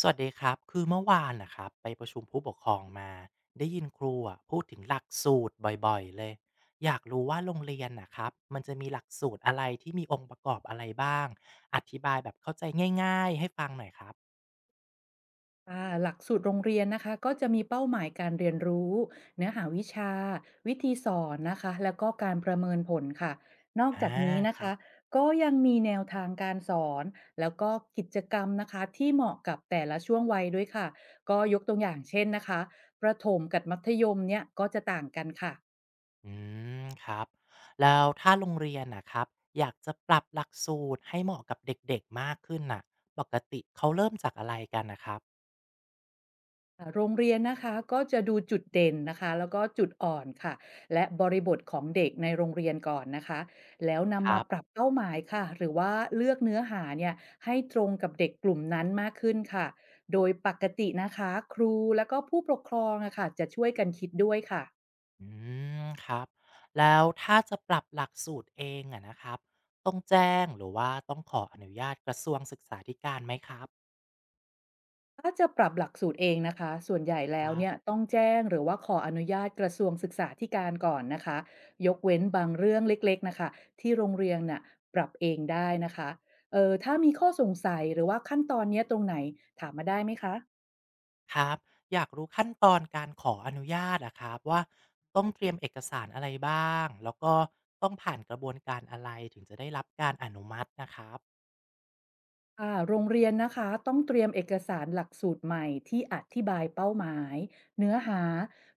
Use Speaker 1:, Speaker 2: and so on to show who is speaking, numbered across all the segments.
Speaker 1: สวัสดีครับคือเมื่อวานนะครับไปประชุมผู้ปกครองมาได้ยินครูอะพูดถึงหลักสูตรบ่อยๆเลยอยากรู้ว่าโรงเรียนนะครับมันจะมีหลักสูตรอะไรที่มีองค์ประกอบอะไรบ้างอธิบายแบบเข้าใจง่ายๆให้ฟังหน่อยครับ
Speaker 2: หลักสูตรโรงเรียนนะคะก็จะมีเป้าหมายการเรียนรู้เนื้อหาวิชาวิธีสอนนะคะแล้วก็การประเมินผลค่ะนอก
Speaker 1: อ่า
Speaker 2: จากนี้
Speaker 1: ค
Speaker 2: นะ
Speaker 1: รั
Speaker 2: คะ
Speaker 1: บ
Speaker 2: ก็ยังมีแนวทางการสอนแล้วก็กิจกรรมนะคะที่เหมาะกับแต่ละช่วงวัยด้วยค่ะก็ยกตัวอย่างเช่นนะคะประถมกับมัธยมเนี่ยก็จะต่างกันค่ะ
Speaker 1: อืมครับแล้วถ้าโรงเรียนนะครับอยากจะปรับหลักสูตรให้เหมาะกับเด็กๆมากขึ้นน่ะปกติเขาเริ่มจากอะไรกันนะครับ
Speaker 2: โรงเรียนนะคะก็จะดูจุดเด่นนะคะแล้วก็จุดอ่อนค่ะและบริบทของเด็กในโรงเรียนก่อนนะคะแล้ว
Speaker 1: ค
Speaker 2: นำมา
Speaker 1: รั
Speaker 2: ปรั
Speaker 1: บ
Speaker 2: บเป้าหมายค่ะหรือว่าเลือกเนื้อหาเนี่ยให้ตรงกับเด็กกลุ่มนั้นมากขึ้นค่ะโดยปกตินะคะครูแล้วก็ผู้ปกครองอะค่ะจะช่วยกันคิดด้วยค่ะ
Speaker 1: อืมครับแล้วถ้าจะปรับหลักสูตรเองอะนะครับต้องแจ้งหรือว่าต้องขออนุญาตกระทรวงศึกษาธิการไหมครับ
Speaker 2: ถ้าจะปรับหลักสูตรเองนะคะส่วนใหญ่แล้
Speaker 1: ค
Speaker 2: ว
Speaker 1: รั
Speaker 2: เนี่ย
Speaker 1: บ
Speaker 2: ต้องแจ้งหรือว่าขออนุญาตกระทรวงศึกษาธิการก่อนนะคะยกเว้นบางเรื่องเล็กๆนะคะที่โรงเรียนน่ะปรับเองได้นะคะเออถ้ามีข้อสงสัยหรือว่าขั้นตอนเนี้ยตรงไหนถามมาได้ไหมคะ
Speaker 1: ครับอยากรู้ขั้นตอนการขออนุญาตอะครับว่าต้องเตรียมเอกสารอะไรบ้างแล้วก็ต้องผ่านกระบวนการอะไรถึงจะได้รับการอนุมัตินะครับ
Speaker 2: โรงเรียนนะคะต้องเตรียมเอกสารหลักสูตรใหม่ที่อธิบายเป้าหมายเนื้อหา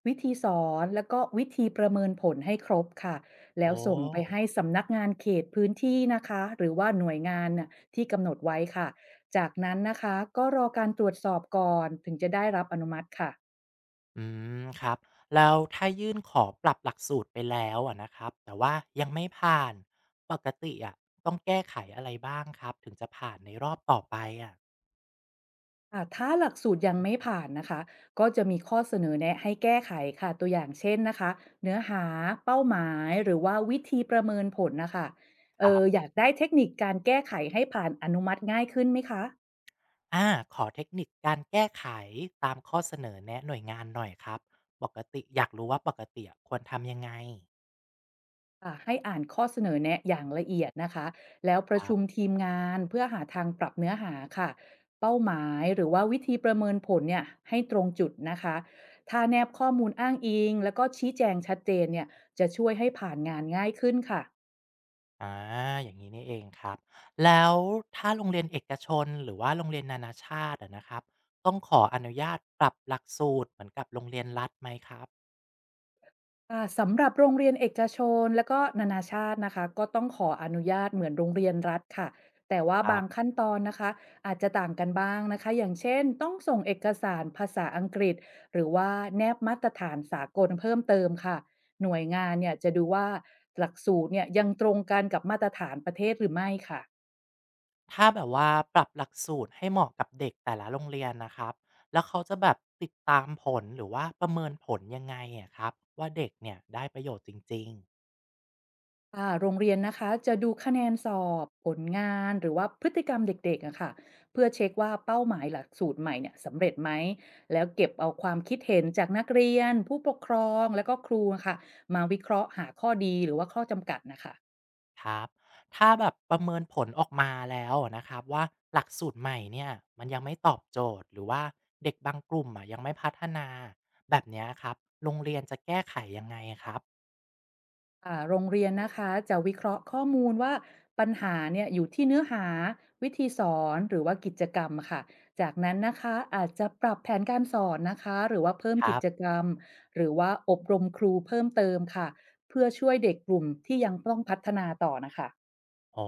Speaker 2: วิธีสอนแล้วก็วิธีประเมินผลให้ครบค่ะแล้ว
Speaker 1: โอ้
Speaker 2: ส่งไปให้สำนักงานเขตพื้นที่นะคะหรือว่าหน่วยงานน่ะที่กำหนดไว้ค่ะจากนั้นนะคะก็รอการตรวจสอบก่อนถึงจะได้รับอนุมัติค่ะ
Speaker 1: อืมครับแล้วถ้ายื่นขอปรับหลักสูตรไปแล้วอะนะครับแต่ว่ายังไม่ผ่านปกติอะต้องแก้ไขอะไรบ้างครับถึงจะผ่านในรอบต่อไปอะ
Speaker 2: ค่ะถ้าหลักสูตรยังไม่ผ่านนะคะก็จะมีข้อเสนอแนะให้แก้ไขค่ะตัวอย่างเช่นนะคะเนื้อหาเป้าหมายหรือว่าวิธีประเมินผลนะคะเอ
Speaker 1: ค
Speaker 2: อ
Speaker 1: รับ
Speaker 2: อยากได้เทคนิคการแก้ไขให้ผ่านอนุมัติง่ายขึ้นไหมคะ
Speaker 1: อาขอเทคนิคการแก้ไขตามข้อเสนอแนะหน่วยงานหน่อยครับปกติอยากรู้ว่าปกติอะควรทำยังไง
Speaker 2: ค่ะให้อ่านข้อเสนอแนะอย่างละเอียดนะคะแล้วป
Speaker 1: ค
Speaker 2: ระ
Speaker 1: รั
Speaker 2: ชุม
Speaker 1: บ
Speaker 2: ทีมงานเพื่อหาทางปรับเนื้อหาค่ะเป้าหมายหรือว่าวิธีประเมินผลเนี่ยให้ตรงจุดนะคะถ้าแนบข้อมูลอ้างอิงแล้วก็ชี้แจงชัดเจนเนี่ยจะช่วยให้ผ่านงานง่ายขึ้นค่ะ
Speaker 1: อาอย่างนี้นี่เองครับแล้วถ้าโรงเรียนเอกชนหรือว่าโรงเรียนนานาชาติอะนะครับต้องขออนุญาตปรับหลักสูตรเหมือนกับโรงเรียนรัฐไหมครับ
Speaker 2: สำหรับโรงเรียนเอกชนและก็นานาชาตินะคะก็ต้องขออนุญาตเหมือนโรงเรียนรัฐค่ะแต่ว่า
Speaker 1: ครั
Speaker 2: บาง
Speaker 1: บ
Speaker 2: ขั้นตอนนะคะอาจจะต่างกันบ้างนะคะอย่างเช่นต้องส่งเอกสารภาษาอังกฤษหรือว่าแนบมาตรฐานสากลเพิ่มเติมค่ะหน่วยงานเนี่ยจะดูว่าหลักสูตรเนี่ยยังตรงกันกับมาตรฐานประเทศหรือไม่ค่ะ
Speaker 1: ถ้าแบบว่าปรับหลักสูตรให้เหมาะกับเด็กแต่ละโรงเรียนนะครับ แล้วเขาจะแบบติดตามผลหรือว่าประเมินผลยังไงอะครับว่าเด็กเนี่ยได้ประโยชน์จริง
Speaker 2: ค่ะโรงเรียนนะคะจะดูคะแนนสอบผลงานหรือว่าพฤติกรรมเด็กๆอะค่ะเพื่อเช็คว่าเป้าหมายหลักสูตรใหม่เนี่ยสำเร็จไหมแล้วเก็บเอาความคิดเห็นจากนักเรียนผู้ปกครองแล้วก็ครูอะค่ะมาวิเคราะห์หาข้อดีหรือว่าข้อจำกัดนะคะ
Speaker 1: ๆครับถ้าแบบประเมินผลออกมาแล้วนะครับว่าหลักสูตรใหม่เนี่ยมันยังไม่ตอบโจทย์หรือว่าเด็กบางกลุ่มอะยังไม่พัฒนาแบบเนี้ยครับโรงเรียนจะแก้ไขยังไงครับ
Speaker 2: โรงเรียนนะคะจะวิเคราะห์ข้อมูลว่าปัญหาเนี่ยอยู่ที่เนื้อหาวิธีสอนหรือว่ากิจกรรมค่ะจากนั้นนะคะอาจจะปรับแผนการสอนนะคะหรือว่าเพิ่ม
Speaker 1: ค
Speaker 2: กิ
Speaker 1: รับ
Speaker 2: จกรรมหรือว่าอบรมครูเพิ่มเติมค่ะเพื่อช่วยเด็กกลุ่มที่ยังต้องพัฒนาต่อนะคะ
Speaker 1: อ๋อ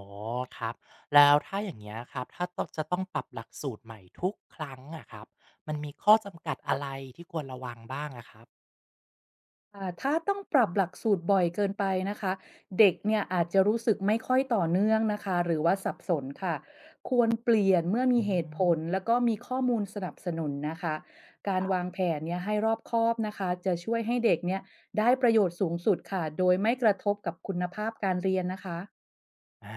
Speaker 1: ครับแล้วถ้าอย่างเงี้ยครับถ้าต้องจะต้องปรับหลักสูตรใหม่ทุกครั้งอะครับมันมีข้อจำกัดอะไรที่ควรระวังบ้างอะครับ
Speaker 2: ถ้าต้องปรับหลักสูตรบ่อยเกินไปนะคะเด็กเนี่ยอาจจะรู้สึกไม่ค่อยต่อเนื่องนะคะหรือว่าสับสนค่ะควรเปลี่ยนเมื่อมี
Speaker 1: อื
Speaker 2: เหตุผ
Speaker 1: ม
Speaker 2: ลแล้วก็มีข้อมูลสนับสนุนนะคะการ
Speaker 1: ครั
Speaker 2: วาง
Speaker 1: บ
Speaker 2: แผนเนี่ยให้รอบคอบนะคะจะช่วยให้เด็กเนี่ยได้ประโยชน์สูงสุดค่ะโดยไม่กระทบกับคุณภาพการเรียนนะคะ
Speaker 1: อา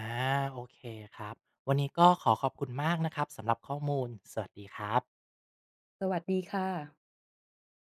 Speaker 1: โอเคครับวันนี้ก็ขอขอบคุณมากนะครับสำหรับข้อมูลสวัสดีครับ
Speaker 2: สวัสดีค่ะ